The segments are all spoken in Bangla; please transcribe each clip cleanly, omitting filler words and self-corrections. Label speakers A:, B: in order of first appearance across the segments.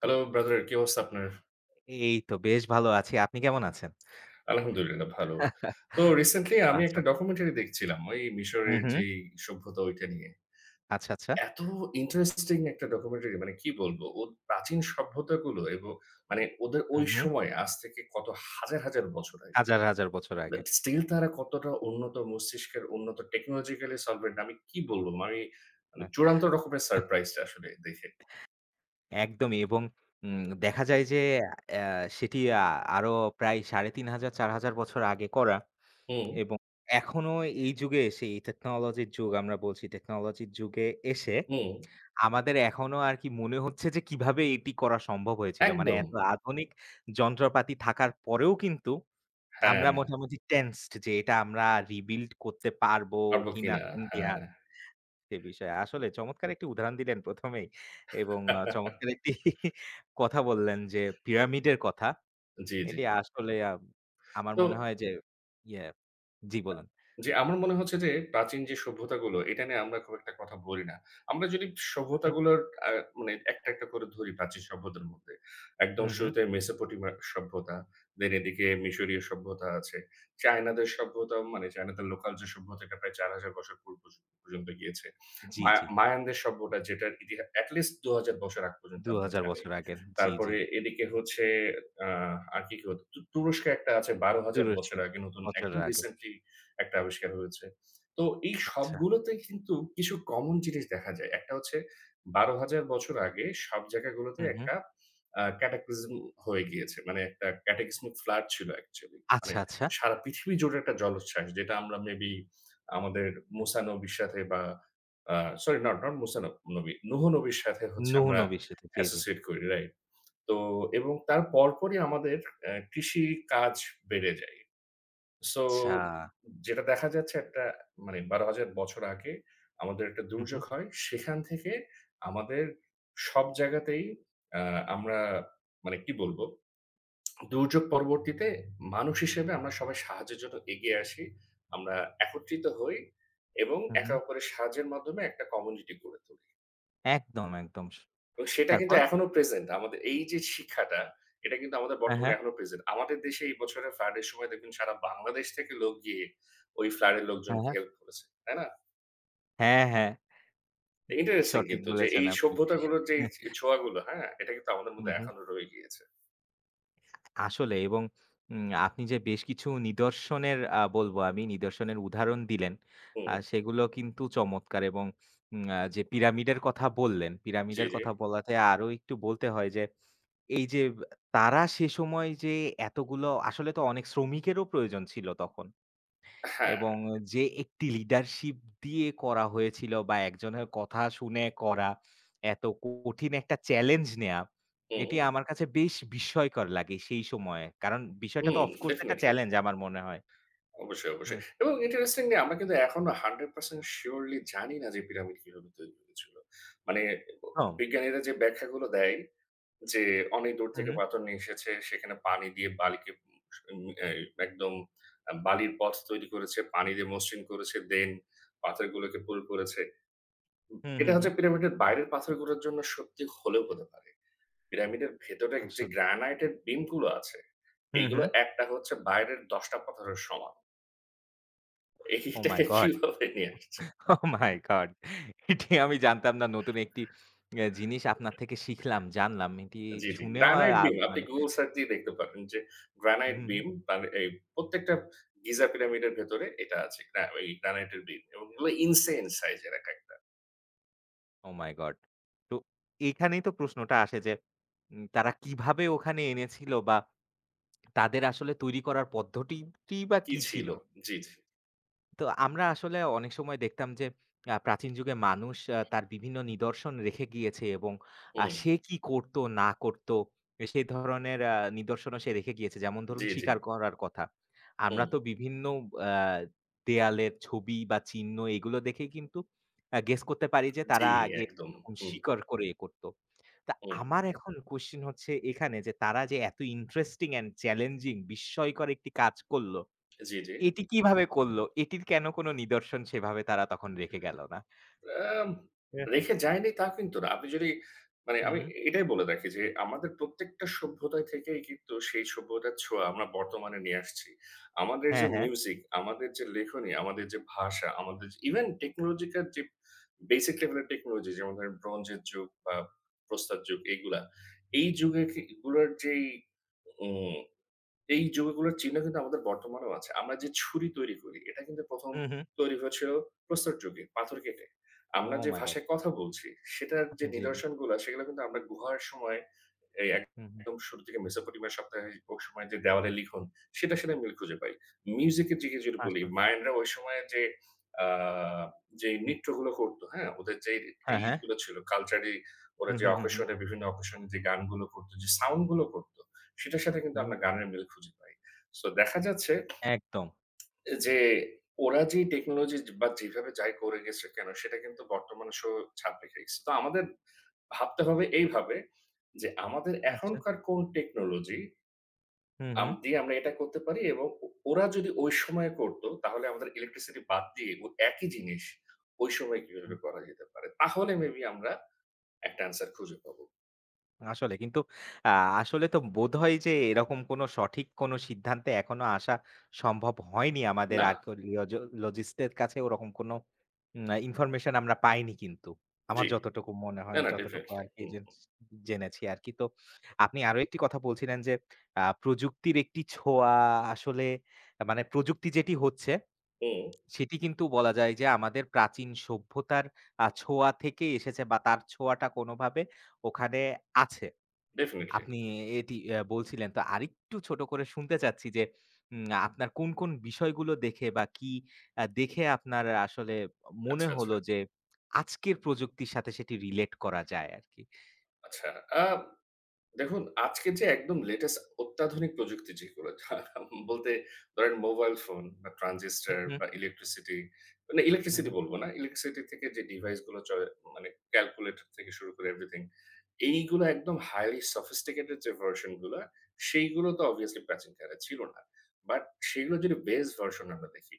A: হ্যালো ব্রাদার কি অবস্থা আপনার?
B: এই তো বেশ ভালো আছি। আপনি কেমন আছেন?
A: আলহামদুলিল্লাহ ভালো। তো রিসেন্টলি আমি
B: বাহ!
A: একটা ডকুমেন্টারি দেখছিলাম। ওই
B: হুম,
A: মিশরের
B: হুম।
A: যেই সভ্যতা ওইটা নিয়ে।
B: আচ্ছা, আচ্ছা।
A: এত ইন্টারেস্টিং একটা ডকুমেন্টারি মানে কি বলবো? প্রাচীন সভ্যতাগুলো এবং মানে ওদের ওই
B: হুম, হুম।
A: সময় আজ থেকে কত হাজার, হাজার বছর আগে।
B: হাজার, হাজার বছর আগে।
A: বাট স্টিল তারা কতটা উন্নত মস্তিষ্কের উন্নত টেকনোলজিক্যালি সলভেন্ট আমি কি বলবো? আমি মানে
B: হ্যাঁ,
A: চূড়ান্ত রকমের সারপ্রাইজড আসলে দেখে।
B: একদমই এবং উম দেখা যায় যে অ্যা সেটি আরো প্রায় ৩,৫০০ ৪,০০০ বছর আগে করা
A: হুম,
B: এবং এখনো এই যুগে এসে এই টেকনোলজির যুগ আমরা বলছি, টেকনোলজির যুগে এসে
A: হুম।
B: আমাদের এখনো আর কি মনে হচ্ছে যে কিভাবে এটি করা সম্ভব হয়েছিল। মানে
A: একদম।
B: এত আধুনিক যন্ত্রপাতি থাকার পরেও কিন্তু
A: হ্যাঁ,
B: আমরা মোটামুটি টেন্সড যে এটা আমরা rebuild করতে পারবো
A: পারব
B: কিনা
A: কিনা। হ্যাঁ।
B: সন্দিহান সে বিষয়ে। আসলে চমৎকার একটি উদাহরণ দিলেন ১ম এই এবং চমৎকার একটি কথা বললেন যে পিরামিডের কথা।
A: জি, জি।
B: এটি আসলে আমার
A: তো
B: মনে হয় যে ইয়ে জি বলেন।
A: জি, আমার মনে হচ্ছে যে প্রাচীন যে সভ্যতাগুলো এটা নিয়ে আমরা খুব একটা কথা বলি না। আমরা যদি
B: হুম,
A: সভ্যতাগুলোর আ মানে একটা, একটা করে ধরি প্রাচীন সভ্যতার মধ্যে। একদম
B: হুম, হুম, হুম।
A: শুরুতে মেসোপটেমিয়া সভ্যতা, দেন এদিকে মিশরীয় সভ্যতা আছে। চায়নাদের সভ্যতা মানে চায়নাদের লোকাল যে সভ্যতা এটা প্রায় ৪,০০০ বছর পূর্ব পর্যন্ত গিয়েছে।
B: জি,
A: মায়া
B: জি।
A: মায়ানদের সভ্যতা যেটার এটলিস্ট ২,০০০ বছর আগ পর্যন্ত আমরা
B: ২,০০০
A: জানি।
B: বছর আগের। জি, জি।
A: তারপরে এদিকে হচ্ছে আ আর কি, কি হতো? তুরস্কে একটা আছে ১২,০০০ বছর
B: তুরস্কের
A: আগে নতুন একদম
B: বছরের আগে।
A: রিসেন্টলি একটা আবিষ্কার হয়েছে। তো এই
B: আচ্ছা।
A: সবগুলোতে কিন্তু কিছু কমন জিনিস দেখা যায়। একটা হচ্ছে ১২,০০০ বছর আগে সব জায়গাগুলোতে
B: হুম, হুম।
A: একটা ক্যাটাক্লিজম হয়ে গিয়েছে। মানে একটা ক্যাটাক্লিসমিক ফ্লাড ছিল অ্যাকচুয়ালি। মানে
B: আচ্ছা, আচ্ছা।
A: সারা পৃথিবী জুড়ে একটা জলোচ্ছ্বাস যেটা আমরা মেবি আমাদের
B: হুম।
A: মুসা নবীর সাথে বা আ সরি নট মুসা নবী, নূহ নবীর সাথে হচ্ছে
B: নূহ
A: আমরা
B: নবীর সাথে। জি, জি।
A: অ্যাসোসিয়েট করি, রাইট? তো এবং তার পরপরই আমাদের কৃষি কাজ বেড়ে যায়। সো
B: আচ্ছা।
A: যেটা দেখা যাচ্ছে একটা মানে ১২,০০০ বছর আগে আমাদের একটা
B: হুম,
A: দুর্যোগ
B: হুম,
A: হয়। সেখান থেকে আমাদের সব জায়গাতেই আ আমরা মানে কি বলবো? দুর্যোগ পরবর্তীতে মানুষ হিসেবে আমরা সবাই সাহায্যের জন্য এগিয়ে আসি। আমরা একত্রিত হই এবং
B: হুম,
A: একে
B: হুম।
A: অপরের সাহায্যের মাধ্যমে একটা কমিউনিটি গড়ে তুলি।
B: একদম, একদম।
A: এবং সেটা কিন্তু
B: তারপর?
A: এখনো প্রেজেন্ট। আমাদের এই যে শিক্ষাটা, এটা কিন্তু আমাদের
B: হ্যাঁ,
A: বর্তমানে
B: হ্যাঁ।
A: এখনো প্রেজেন্ট। আমাদের দেশে এই বছরের ফ্লাডের সময় দেখবেন সারা বাংলাদেশ থেকে লোক গিয়ে ওই ফ্লাডের
B: হ্যাঁ,
A: লোকজনকে
B: হ্যাঁ।
A: হেল্প করেছে। তাই না?
B: হ্যাঁ, হ্যাঁ।
A: ইন্টারেস্টিং
B: সঠিক
A: কিন্তু যে
B: বলেছেন
A: এই
B: আপনি।
A: সভ্যতাগুলোর যে এই
B: হ্যাঁ,
A: ছোঁয়াগুলো, হ্যাঁ? এটা কিন্তু আমাদের
B: হুম,
A: মধ্যে
B: হুম।
A: এখনো রয়ে গিয়েছে।
B: আসলে এবং আপনি যে বেশ কিছু নিদর্শনের বলব আমি নিদর্শনের উদাহরণ দিলেন,
A: হুম,
B: সেগুলো কিন্তু চমৎকার এবং উম আ যে পিরামিডের কথা বললেন,
A: জি,
B: পিরামিডের
A: জি।
B: কথা বলাতে আরো একটু বলতে হয় যে, এই যে তারা সে সময় যে এতগুলো আসলে তো অনেক শ্রমিকেরও প্রয়োজন ছিল তখন।
A: হ্যাঁ,
B: এবং যে একটি লিডারশিপ দিয়ে করা হয়েছিল বা একজনের কথা শুনে করা, এত কঠিন একটা চ্যালেঞ্জ নেয়া,
A: হুম,
B: এটি আমার কাছে বেশ বিস্ময়কর লাগে সেই সময়ে। কারণ বিষয়টা তো
A: হুম,
B: ওফ কোর্স একটা
A: ডেফিনিটলি।
B: চ্যালেঞ্জ আমার মনে হয়।
A: অবশ্যই, অবশ্যই।
B: হ্যাঁ,
A: এবং ইন্টারেস্টিংলি আমরা কিন্তু এখনো 100% সিউরলি জানি না যে পিরামিড কিভাবে তৈরি হয়েছিল। মানে ব
B: হম,
A: বিজ্ঞানীরা যে ব্যাখ্যাগুলো দেয় যে অনেক দূর
B: হু,
A: থেকে
B: হু,
A: পাথর নিয়ে এসেছে। সেখানে পানি দিয়ে বালিকে এই একদম বালির পথ তৈরি করেছে, পানি দিয়ে মসৃণ করেছে। দেন পাথরগুলোকে পুল করেছে।
B: হুম,
A: এটা
B: হুম,
A: হচ্ছে
B: হুম,
A: পিরামিডের বাইরের পাথরগুলোর জন্য সত্যি হলেও হতে পারে। পিরামিডের ভেতরে যে
B: আসলে।
A: গ্রানাইটের বিমগুলো আছে,
B: হুম,
A: এইগুলো
B: হুম।
A: একটা হচ্ছে বাইরের ১০ টা পাথরের সমান।
B: ওহ মাই
A: এইটাকে
B: গড!
A: কিভাবে নিয়ে আসছে?
B: Oh my god! এটি আমি জানতাম না। নতুন একটি জিনিস আপনার থেকে শিখলাম, জানলাম। এটি
A: জি, জি।
B: শুনেও
A: গ্রানাইট বিম আপনি
B: মানে
A: গুগল সার্চ দিয়ে দেখতে পাবেন যে
B: হুম।
A: গ্রানাইট বিম
B: হুম।
A: তার এই প্রত্যেকটা গিজা পিরামিডের ভেতরে এটা আছে। ওই গ্রানাইটের বিম এবং এগুলো ইনসেইন সাইজের একেকটা।
B: Oh my God! তো এখানেই তো প্রশ্নটা আসে যে তারা কিভাবে ওখানে এনেছিল বা তাদের আসলে তৈরি করার পদ্ধতিটিই বা
A: কি
B: কি
A: ছিল?
B: ছিল?
A: জি, জি।
B: তো আমরা আসলে অনেক সময় দেখতাম যে প্রাচীন যুগে মানুষ তার বিভিন্ন নিদর্শন রেখে গিয়েছে এবং
A: হুম।
B: সে কি করত না করত সেই ধরনের নিদর্শনও সে রেখে গিয়েছে। যেমন
A: জি,
B: ধরুন
A: জি।
B: শিকার করার কথা। আমরা
A: হুম।
B: তো বিভিন্ন আ দেয়ালের ছবি বা চিহ্ন এগুলো দেখেই কিন্তু গেস করতে পারি যে
A: জি,
B: তারা আগে
A: একদম।
B: এরকম
A: হুম,
B: শিকার করে করত। তা
A: হুম।
B: আমার এখন কোয়েশ্চেন হচ্ছে এখানে যে তারা যে এত ইন্টারেস্টিং অ্যান্ড চ্যালেঞ্জিং বিস্ময়কর একটি কাজ করল
A: জি, জি।
B: এটি কিভাবে করল? এটির কেন কোন নিদর্শন সেভাবে তারা তখন রেখে গেল না?
A: আম
B: হ্যাঁ।
A: রেখে যায়নি তা কিন্তু না। আপনি যদি মানে
B: হুম,
A: আমি
B: হুম।
A: এটাই বলে রাখি যে আমাদের প্রত্যেকটা সভ্যতা থেকেই কিন্তু সেই সভ্যতার ছোঁয়া আমরা বর্তমানে নিয়ে আসছি। আমাদের যে
B: হ্যাঁ, হ্যাঁ।
A: মিউজিক, আমাদের যে লেখনী, আমাদের যে ভাষা, আমাদের যে ইভেন টেকনোলজিক্যাল যে বেসিক লেভেলের টেকনোলজি যেমন ধরেন ব্রোঞ্জের যুগ বা প্রস্তর যুগ এগুলা। এই যুগে কি গুলার যেই উম এই যৌগগুলোর চিহ্ন কিন্তু আমাদের বর্তমানেও আছে। আমরা যে ছুরি তৈরি করি, এটা কিন্তু প্রথম
B: হুম, হুম।
A: তৈরি হয়েছিল প্রস্তর যুগে, পাথর কেটে। আমরা
B: ওহ
A: যে
B: মাই গড!
A: ভাষায় কথা বলছি, সেটার যে
B: জি, জি।
A: নিদর্শনগুলা, সেগুলো কিন্তু আমরা গুহার সময় এই এক-
B: হুম, হুম।
A: একদম শুরু থেকে মেসোপটেমিয়া সপ্তাহে ওই সময় যে দেওয়ালে লিখন, সেটার সাথে মিল খুঁজে পাই। মিউজিকের দিকে যদি বলি,
B: আসল।
A: মায়ানরা ওই সময়ে যে আ যে
B: হুম।
A: নৃত্যগুলো করতো, হ্যাঁ? ওদের যে
B: হ্যাঁ, হ্যাঁ।
A: এইগুলো ছিল, কালচারালি ওরা
B: হুম,
A: যে
B: হুম, হুম, হুম।
A: অকেশনে বিভিন্ন অকেশনে যে গানগুলো করতো, যে সাউন্ড গুলো করত সেটার সাথে কিন্তু
B: হুম।
A: আমরা গানের মিল খুঁজে পাই। সো দেখা যাচ্ছে
B: একদম।
A: যে ওরা যে টেকনোলজি বা যেভাবে যাই করে গেছে কেন সেটা কিন্তু বর্তমানে সো ছাপ রেখে গেছে। তো আমাদের ভাবতে হবে এইভাবে যে আমাদের
B: আচ্ছা।
A: এখনকার কোন টেকনোলজি
B: হুম, হুম।
A: দিয়ে আমরা এটা করতে পারি এবং ওরা যদি ওই সময়ে করত তাহলে আমাদের ইলেকট্রিসিটি বাদ দিয়ে ও একই জিনিস ওই সময় কিভাবে
B: হুম।
A: করা যেতে পারে? তাহলে মেবি আমরা একটা অ্যান্সার খুঁজে পাবো।
B: আসলে কিন্তু আ আসলে তো বোধহয় যে এরকম কোনো সঠিক কোনো সিদ্ধান্তে এখনো আসা সম্ভব হয়নি আমাদের
A: না,
B: আর্কিওলজিস্টদের কাছে ওরকম কোনো ইনফরমেশন আমরা পাইনি কিন্তু। আমার
A: জি।
B: যতটুকু মনে
A: না,
B: হয়
A: না,
B: যতটুকু
A: ডেফিনিটলি।
B: আরকি
A: হুম,
B: জেনেছি আরকি। তো আপনি আরো একটি কথা বলছিলেন যে প্রযুক্তির একটি ছোঁয়া আসলে মানে প্রযুক্তি যেটি হচ্ছে
A: হুম,
B: সেটি কিন্তু বলা যায় যে আমাদের প্রাচীন সভ্যতার ছোঁয়া থেকে এসেছে বা তার ছোঁয়াটা কোনোভাবে ওখানে আছে।
A: ডেফিনিটলি।
B: আপনি এটি বলছিলেন। তো আরেকটু ছোট করে শুনতে চাচ্ছি যে, আপনার কোন, কোন বিষয়গুলো দেখে বা কি দেখে আপনার আসলে মনে
A: আচ্ছা, আচ্ছা।
B: হলো যে আজকের প্রযুক্তির সাথে সেটি রিলেট করা যায় আরকি?
A: আচ্ছা। আব দেখুন, আজকে যে একদম লেটেস্ট অত্যাধুনিক প্রযুক্তি যেগুলো বলতে ধরেন মোবাইল ফোন বা ট্রানজিস্টর
B: হুম, হুম,
A: বা ইলেকট্রিসিটি, মানে ইলেকট্রিসিটি
B: হুম,
A: বলব না। ইলেকট্রিসিটি থেকে যে ডিভাইস গুলো চলে মানে ক্যালকুলেটর থেকে শুরু করে এভরিথিং। এইগুলো একদম highly sophisticated যে ভার্শন গুলা, সেইগুলো তো obviously প্রাচীনকালে ছিল না। বাট সেগুলো যদি বেস ভার্শন আমরা দেখি।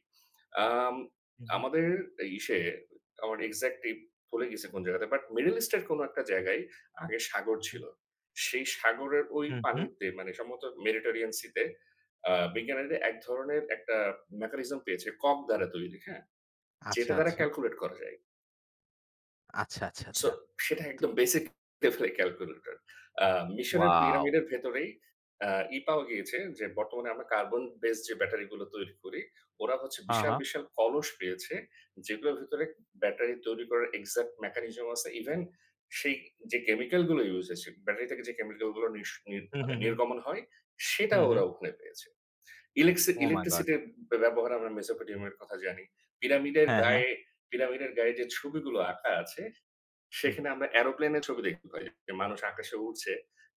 A: আম
B: হুম, হুম,
A: আমাদের ইসে আমার এক্সাক্টলি ভুলে গেছি কোন জায়গাতে। বাট মিডল ইস্ট এর কোন একটা জায়গায় আগে সাগর
B: হুম,
A: ছিল। সেই সাগরের ওই
B: হুম, হুম।
A: পানিতে মানে সম্ভবত মেডিটেরিয়ান সিতে বিজ্ঞানীরা এক ধরনের একটা মেকানিজম পেয়েছে কক দ্বারা তৈরি, হ্যাঁ?
B: আচ্ছা,
A: যেটা দ্বারা
B: আচ্ছা।
A: ক্যালকুলেট করা যায়।
B: আচ্ছা, আচ্ছা,
A: সো
B: আচ্ছা।
A: সেটা
B: তো
A: একদম বেসিক লেভেলের ক্যালকুলেটর। আ মিশরের
B: ওয়াও!
A: পিরামিডের ভেতরেই আ ই পাওয়া গিয়েছে যে বর্তমানে আমরা কার্বন বেস যে ব্যাটারি গুলো তৈরি করি, ওরা হচ্ছে
B: হা,
A: বিশাল,
B: হা।
A: বিশাল কলস পেয়েছে। যেগুলোর ভিতরে ব্যাটারি তৈরি করার এক্সাক্ট মেকানিজম আছে। ইভেন সেই যে কেমিক্যাল গুলো ইউস হয়েছে, ব্যাটারি থেকে যে কেমিক্যাল গুলো নিস নির
B: হুম,
A: মানে
B: হুম, হুম,
A: নির্গমন হয়, সেটাও
B: হুম,
A: ওরা
B: হুম।
A: ওখানে পেয়েছে।
B: Oh my God!
A: ইলেকট্রিসিটির ব্যবহার আমরা মেসোপটেমিয়ার কথা জানি। পিরামিডের
B: হ্যাঁ, হ্যাঁ।
A: গায়ে পিরামিডের গায়ে যে ছবিগুলো আঁকা আছে,
B: হুম।
A: সেখানে আমরা এরোপ্লেনের ছবি দেখতে পাই। যে মানুষ আকাশে উড়ছে।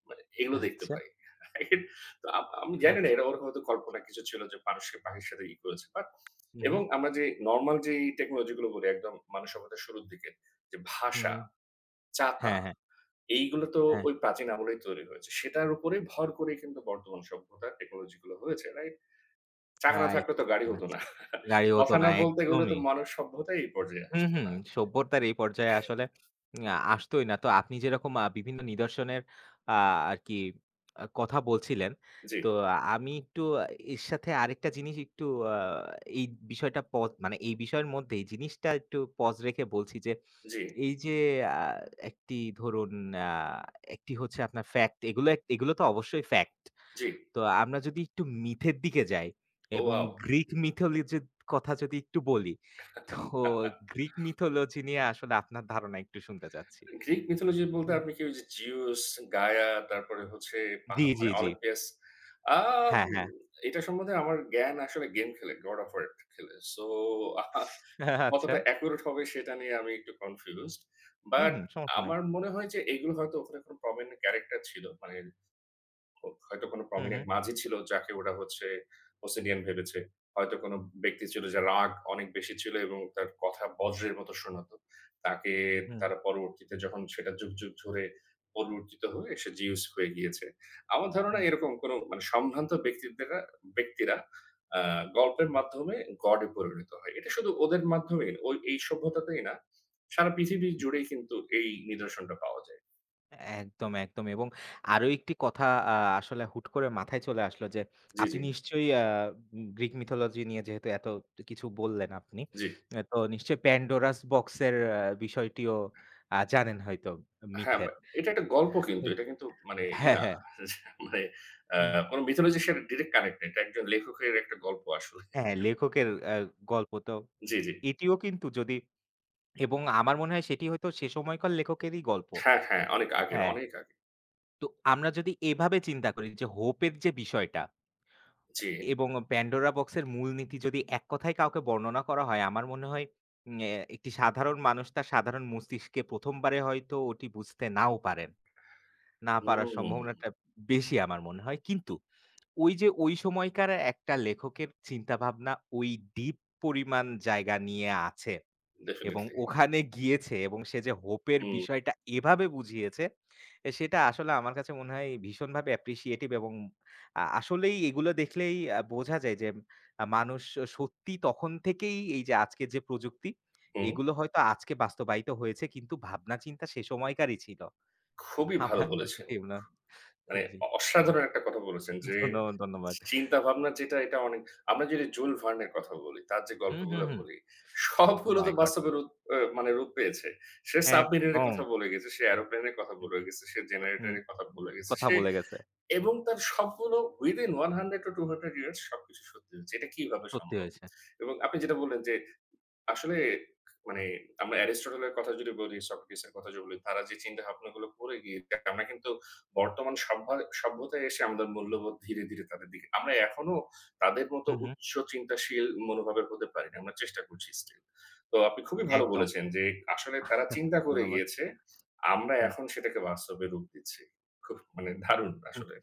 A: মানে এগুলো দেখতে
B: আচ্ছা,
A: পাই। রাইট? তো আমি জানি না
B: আচ্ছা।
A: এটা ওর হয়তো কল্পনা কিছু ছিল যে মানুষকে পাখির সাথে ই করেছে। বাট
B: হুম,
A: এবং
B: হুম,
A: আমরা যে নরমাল যেই টেকনোলজি গুলো বলি একদম মানব সভ্যতার শুরুর দিকে যে
B: হুম,
A: ভাষা,
B: হুম।
A: চাকা
B: হ্যাঁ, হ্যাঁ,
A: এইগুলো তো
B: হ্যাঁ।
A: ওই প্রাচীন আমলেই তৈরি হয়েছে। সেটার উপরে ভর করেই কিন্তু বর্তমান সভ্যতার টেকনোলজি গুলো হয়েছে। রাইট? চাকা না
B: রাইট।
A: থাকলে তো গাড়ি হতো
B: আচ্ছা।
A: না।
B: গাড়ি হতো
A: কথা
B: না
A: না বলতে গেলে তো
B: একদমই।
A: মানব সভ্যতাই এই পর্যায়ে
B: হুম,
A: আসতো
B: হুম।
A: না।
B: সভ্যতার এই পর্যায়ে আসলে উম, আ আসতই না। তো আপনি যেরকম বিভিন্ন নিদর্শনের আ আরকি কথা বলছিলেন।
A: জি,
B: তো আমি একটু এর সাথে আরেকটা জিনিস একটু আ এই বিষয়টা পজ মানে এই বিষয়ের মধ্যে এই জিনিসটা একটু পজ রেখে বলছি যে,
A: জি,
B: এই যে আ একটি ধরুন আ একটি হচ্ছে আপনার ফ্যাক্ট এগুলো এগুলো তো অবশ্যই ফ্যাক্ট।
A: জি।
B: তো আমরা যদি একটু মিথের দিকে যাই এবং
A: ওয়াও!
B: গ্রিক মিথোলজির কথা যদি একটু বলি তো গ্রিক মিথোলজি নিয়ে আসলে আপনার ধারণা একটু শুনতে চাচ্ছি।
A: গ্রিক মিথোলজি বলতে
B: হুম।
A: আপনি কি ওই যে জিউস, গায়া তারপরে হচ্ছে
B: জি, জি,
A: মানে
B: জি।
A: অলিম্পিয়াস। আম
B: হ্যাঁ, হ্যাঁ।
A: এটা সম্বন্ধে আমার জ্ঞান আসলে গেম খেলে, God of War খেলে। সো
B: আচ্ছা।
A: কতটা অ্যাকুরেট হবে সেটা নিয়ে আমি একটু কনফিউজড।
B: হুম,
A: বাট
B: হুম, সমস্যা নাই।
A: আমার মনে হয় যে এগুলো হয়তো ওখানে কোনো প্রমিনেন্ট ক্যারেক্টার ছিল। মানে ও হয়তো কোনো
B: হুম,
A: প্রমিনেন্ট
B: হুম,
A: মাঝি ছিল যাকে ওরা হচ্ছে ওসিডিয়ান ভেবেছে। হয়তো কোনো ব্যক্তি ছিল যার রাগ অনেক বেশি ছিল এবং তার কথা বজ্রের মতো শোনাতো। তাকে
B: হুম,
A: তারা পরবর্তীতে যখন সেটা যুগ, যুগ ধরে পরিবর্তিত হয়ে সে জিউস হয়ে গিয়েছে। আমার ধারণা
B: হুম।
A: এরকম কোনো মানে সম্ভ্রান্ত ব্যক্তিরা আ গল্পের মাধ্যমে গডে পরিণত হয়। এটা শুধু ওদের মাধ্যমেই না, ওই এই সভ্যতাতেই না, সারা পৃথিবী জুড়েই কিন্তু এই নিদর্শনটা পাওয়া যায়।
B: একদম, একদম এবং আরো একটি কথা আ আসলে হুট করে মাথায় চলে আসলো যে
A: জি,
B: আপনি
A: জি,
B: নিশ্চয়ই গ্রিক মিথোলজি নিয়ে যেহেতু এত কিছু বললেন আপনি,
A: জি।
B: তো নিশ্চয়ই প্যান্ডোরাস বক্সের বিষয়টিও জানেন হয়তো
A: হ্যাঁ, বা
B: মিথের।
A: এটা একটা গল্প কিন্তু। এটা কিন্তু মানে ই
B: হ্যাঁ,
A: না
B: হ্যাঁ।
A: মানে আ
B: হুম,
A: কোন মিথোলজির সাথে ডিরেক্ট কানেক্ট না। এটা একজন লেখকের একটা গল্প আসলে।
B: হ্যাঁ, লেখকের আ গল্প তো
A: জি, জি।
B: এটিও কিন্তু যদি এবং আমার মনে হয় সেটি হয়তো সে সময়কার লেখকেরই গল্প।
A: হ্যাঁ, হ্যাঁ, অনেক আগের,
B: হ্যাঁ।
A: অনেক আগে।
B: তো আমরা যদি এভাবে চিন্তা করি যে হোপের যে বিষয়টা
A: জি।
B: এবং প্যান্ডোরা বক্সের মূলনীতি যদি এক কথায় কাউকে বর্ণনা করা হয়, আমার মনে হয় উম এ একটি সাধারণ মানুষ তার সাধারণ মস্তিষ্কে ১ম বারে হয়তো ওটি বুঝতে নাও পারেন। না পারার
A: হুম,
B: সম্ভাবনাটা বেশি আমার মনে হয়। কিন্তু ওই যে ওই সময়কার একটা লেখকের চিন্তাভাবনা ওই ডিপ পরিমাণ জায়গা নিয়ে আছে। এবং
A: ডেফিনিটলি।
B: ওখানে গিয়েছে এবং সে যে হোপের
A: হুম,
B: বিষয়টা এভাবে বুঝিয়েছে, সেটা আসলে আমার কাছে মনে হয় ভীষণভাবে অ্যাপ্রিশিয়েটিভ এবং আসলেই এগুলো দেখলেই বোঝা যায় যে মানুষ সত্যি তখন থেকেই এই যে আজকের যে প্রযুক্তি,
A: হুম।
B: এগুলো হয়তো আজকে বাস্তবায়িত হয়েছে কিন্তু ভাবনা চিন্তা সে সময়কারই ছিল।
A: খুবই ভালো
B: আমার
A: বলেছেন।
B: এটি মনে
A: মানে
B: জি,
A: অসাধারণ একটা কথা বলেছেন যে,
B: ধন্যবাদ, ধন্যবাদ।
A: চিন্তা ভাবনা যেটা এটা অনেক আমরা যদি জুল ভার্নের কথা বলি, তার যে
B: হুম, হুম,
A: গল্পগুলা
B: হুম।
A: বলি,
B: ওহ
A: সবগুলো তো
B: মাই গড!
A: বাস্তবে রূপ মানে রূপ পেয়েছে। সে সাবমেরিনের
B: একদম।
A: কথা বলে গেছে, সে এরোপ্লেনের কথা বলে গেছে, সে
B: হুম,
A: জেনারেটরের কথা বলে গেছে।
B: কথা
A: সে
B: বলে গেছে।
A: এবং তার সবগুলো within 100 to 200 ইয়ার্স সবকিছু সত্যি হয়েছে। এটা কিভাবে
B: সত্যি
A: সম্ভব?
B: হয়েছে।
A: এবং আপনি যেটা বললেন যে আসলে মানে আমরা অ্যারিস্টটলের কথা যদি বলি, সক্রেটিসের কথা যদি বলি, তারা যে চিন্তা-ভাবনাগুলো করে গিয়েছে, আমরা কিন্তু বর্তমান সভ্যতায় এসে আমাদের মূল্যবোধ ধীরে, ধীরে তাদের দিকে আমরা এখনো তাদের মতো
B: হুম, হুম।
A: উচ্চ চিন্তাশীল মনোভাবের হতে পারি না। আমরা চেষ্টা করছি স্টিল। তো আপনি খুবই ভালো
B: একদম।
A: বলেছেন যে আসলে তারা চিন্তা করে
B: ধন্যবাদ।
A: গিয়েছে। আমরা
B: হুম।
A: এখন সেটাকে বাস্তবে রূপ দিচ্ছি। খুব মানে দারুণ
B: হুম।
A: আসলে।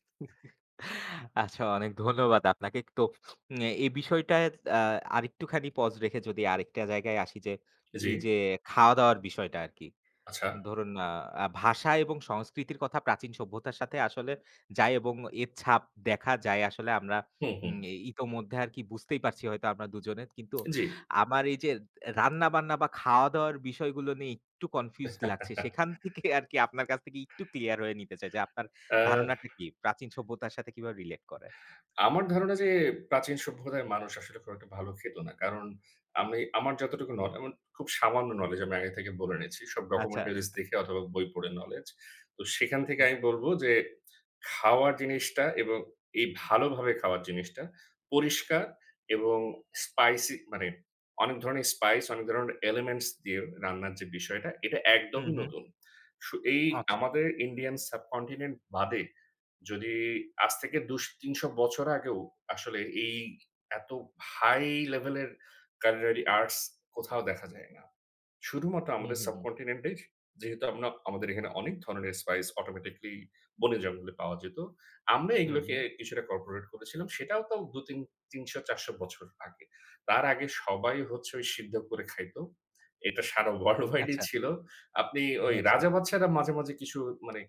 B: আচ্ছা, অনেক ধন্যবাদ আপনাকে। তো এই বিষয়টায় আ আরেকটুখানি পজ রেখে যদি আরেকটা জায়গায় আসি যে,
A: জি,
B: এই যে খাওয়া-দাওয়ার বিষয়টা আরকি।
A: আচ্ছা।
B: ধরুন আ আ ভাষা এবং সংস্কৃতির কথা প্রাচীন সভ্যতার সাথে আসলে যায় এবং এর ছাপ দেখা যায় আসলে আমরা
A: হুম, হুম।
B: উম এ ইতোমধ্যে আরকি বুঝতেই পারছি হয়তো আমরা দুজনে। কিন্তু
A: জি।
B: আমার এই যে রান্না-বান্না বা খাওয়া-দাওয়ার বিষয়গুলো নিয়ে একটু কনফিউজড লাগছে। সেখান থেকে আরকি আপনার কাছ থেকে একটু ক্লিয়ার হয়ে নিতে চাই যে আপনার
A: আ
B: ধারণাটা কি? প্রাচীন সভ্যতার সাথে কিভাবে রিলেট করে?
A: আমার ধারণা যে প্রাচীন সভ্যতার মানুষ আসলে খুব একটা ভালো খেত না। কারণ আমি আমার যতটুকু
B: হুম, হুম।
A: এমন খুব সামান্য নলেজ আমি আগে থেকে বলে নিয়েছি। সব
B: আচ্ছা,
A: ডকুমেন্টারিজ
B: আচ্ছা।
A: দেখে অথবা বই পড়ে নলেজ। তো সেখান থেকে
B: হুম,
A: আমি বলব যে খাওয়ার জিনিসটা এবং এই ভালোভাবে খাওয়ার জিনিসটা পরিষ্কার এবং স্পাইসি মানে অনেক ধরনের স্পাইস, অনেক ধরনের এলিমেন্টস দিয়ে রান্নার যে বিষয়টা এটা
B: হুম,
A: একদমই
B: হুম।
A: নতুন। এই
B: আচ্ছা।
A: আমাদের ইন্ডিয়ান সাবকন্টিনেন্ট বাদে যদি আজ থেকে ৩০০ বছর আগেও আসলে এই এত হাই লেভেলের culinary arts কোথাও দেখা যায় না। শুধুমাত্র
B: হুম,
A: আমাদের
B: হুম, হুম।
A: সাবকন্টিনেন্ট এ যেহেতু আমরা আমাদের এখানে অনেক ধরনের স্পাইস অটোমেটিক্যালি বনে জঙ্গলে পাওয়া যেত। আমরা
B: হুম,
A: এগুলোকে
B: হুম।
A: কিছুটা কর্পোরেট করেছিলাম। সেটাও তো ২ ৩ ৩০০-৪০০ বছর আগে। তার আগে সবাই হচ্ছে ওই সিদ্ধ করে খাইত। এটা সারা ওয়ার্লড ওয়াইড ই
B: আচ্ছা,
A: ছিল। আপনি ওই
B: আচ্ছা,
A: রাজা-বাদশারা মাঝে, মাঝে কিছু মানে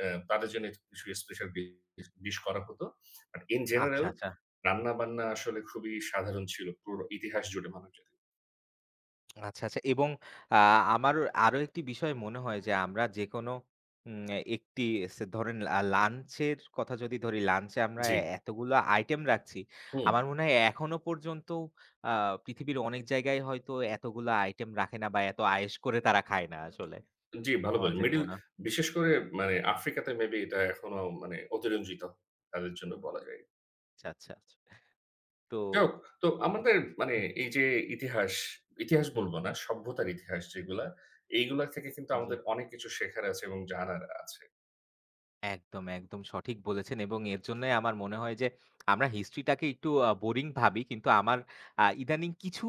A: তাদের জন্য কিছু স্পেশাল ডিশ ডিশ করা হতো। বাট ইন
B: আচ্ছা,
A: জেনারেল
B: আচ্ছা।
A: রান্নাবান্না আসলে খুবই সাধারণ ছিল পুরো ইতিহাস জুড়ে মানবজাতির।
B: আচ্ছা, আচ্ছা এবং আ আমার আরো একটি বিষয় মনে হয় যে আমরা যেকোনো উম একটি সে ধরেন লাঞ্চের কথা যদি ধরি, লাঞ্চে আমরা
A: জি,
B: এতগুলো আইটেম রাখছি।
A: হুম।
B: আমার মনে হয় এখনো পর্যন্ত আ পৃথিবীর অনেক জায়গায় হয়তো এতগুলো আইটেম রাখে না বা এত আয়েশ করে তারা খায় না আসলে।
A: জি, ভালো
B: আমার
A: বলেন।
B: যেটা মনে হয়।
A: বিশেষ করে মানে আফ্রিকাতে মেবি এটা এখনো মানে অতিরঞ্জিত তাদের জন্য বলা যায়।
B: আচ্ছা, আচ্ছা, আচ্ছা। তো
A: যাই হোক, তো
B: উম
A: আমাদের মানে এই যে ইতিহাস, ইতিহাস
B: হুম,
A: বলব না,
B: হুম,
A: সভ্যতার ইতিহাস যেগুলা, এইগুলা থেকে কিন্তু
B: জি।
A: আমাদের অনেক কিছু শেখার আছে এবং জানার আছে।
B: একদম, একদম সঠিক বলেছেন এবং এর জন্যই আমার মনে হয় যে আমরা হিস্ট্রিটাকে একটু বোরিং ভাবি। কিন্তু আমার ইদানিং কিছু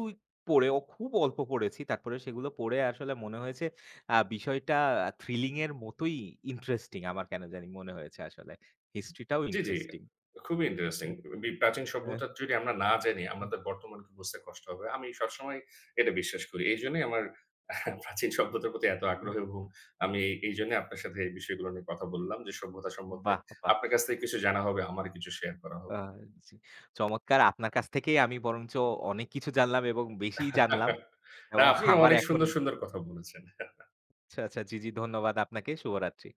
B: পড়েও খুব অল্প পড়েছি। তারপরে সেগুলো পড়ে আসলে মনে হয়েছে বিষয়টা থ্রিলিং এর মতোই ইন্টারেস্টিং আমার কেন জানি মনে হয়েছে আসলে। হিস্ট্রিটাও
A: জি, জি।
B: ইন্টারেস্টিং।
A: খুবই ইন্টারেস্টিং। প্রাচীন
B: হ্যাঁ,
A: সভ্যতা যদি আমরা না জানি,
B: হুম,
A: আমাদের বর্তমানকে বুঝতে কষ্ট হবে। আমি সবসময় এটা বিশ্বাস করি। এইজন্যই আমার প্রাচীন সভ্যতার প্রতি এত আগ্রহ
B: হুম,
A: এবং আমি এইজন্য আপনার সাথে এই বিষয়গুলো নিয়ে কথা বললাম যে সভ্যতা সম্বন্ধে
B: বাহ! বাহ!
A: আপনার কাছ থেকে কিছু জানা হবে, আমার কিছু শেয়ার করা
B: আ
A: হবে।
B: জি। চমৎকার! আপনার কাছ থেকেই আমি বরঞ্চ অনেক কিছু জানলাম এবং বেশিই জানলাম
A: না,
B: এবং
A: আপনিও
B: আমার
A: অনেক
B: এখন
A: সুন্দর, সুন্দর কথা বলেছেন।
B: আচ্ছা, আচ্ছা। জি, জি ধন্যবাদ আপনাকে। শুভরাত্রি।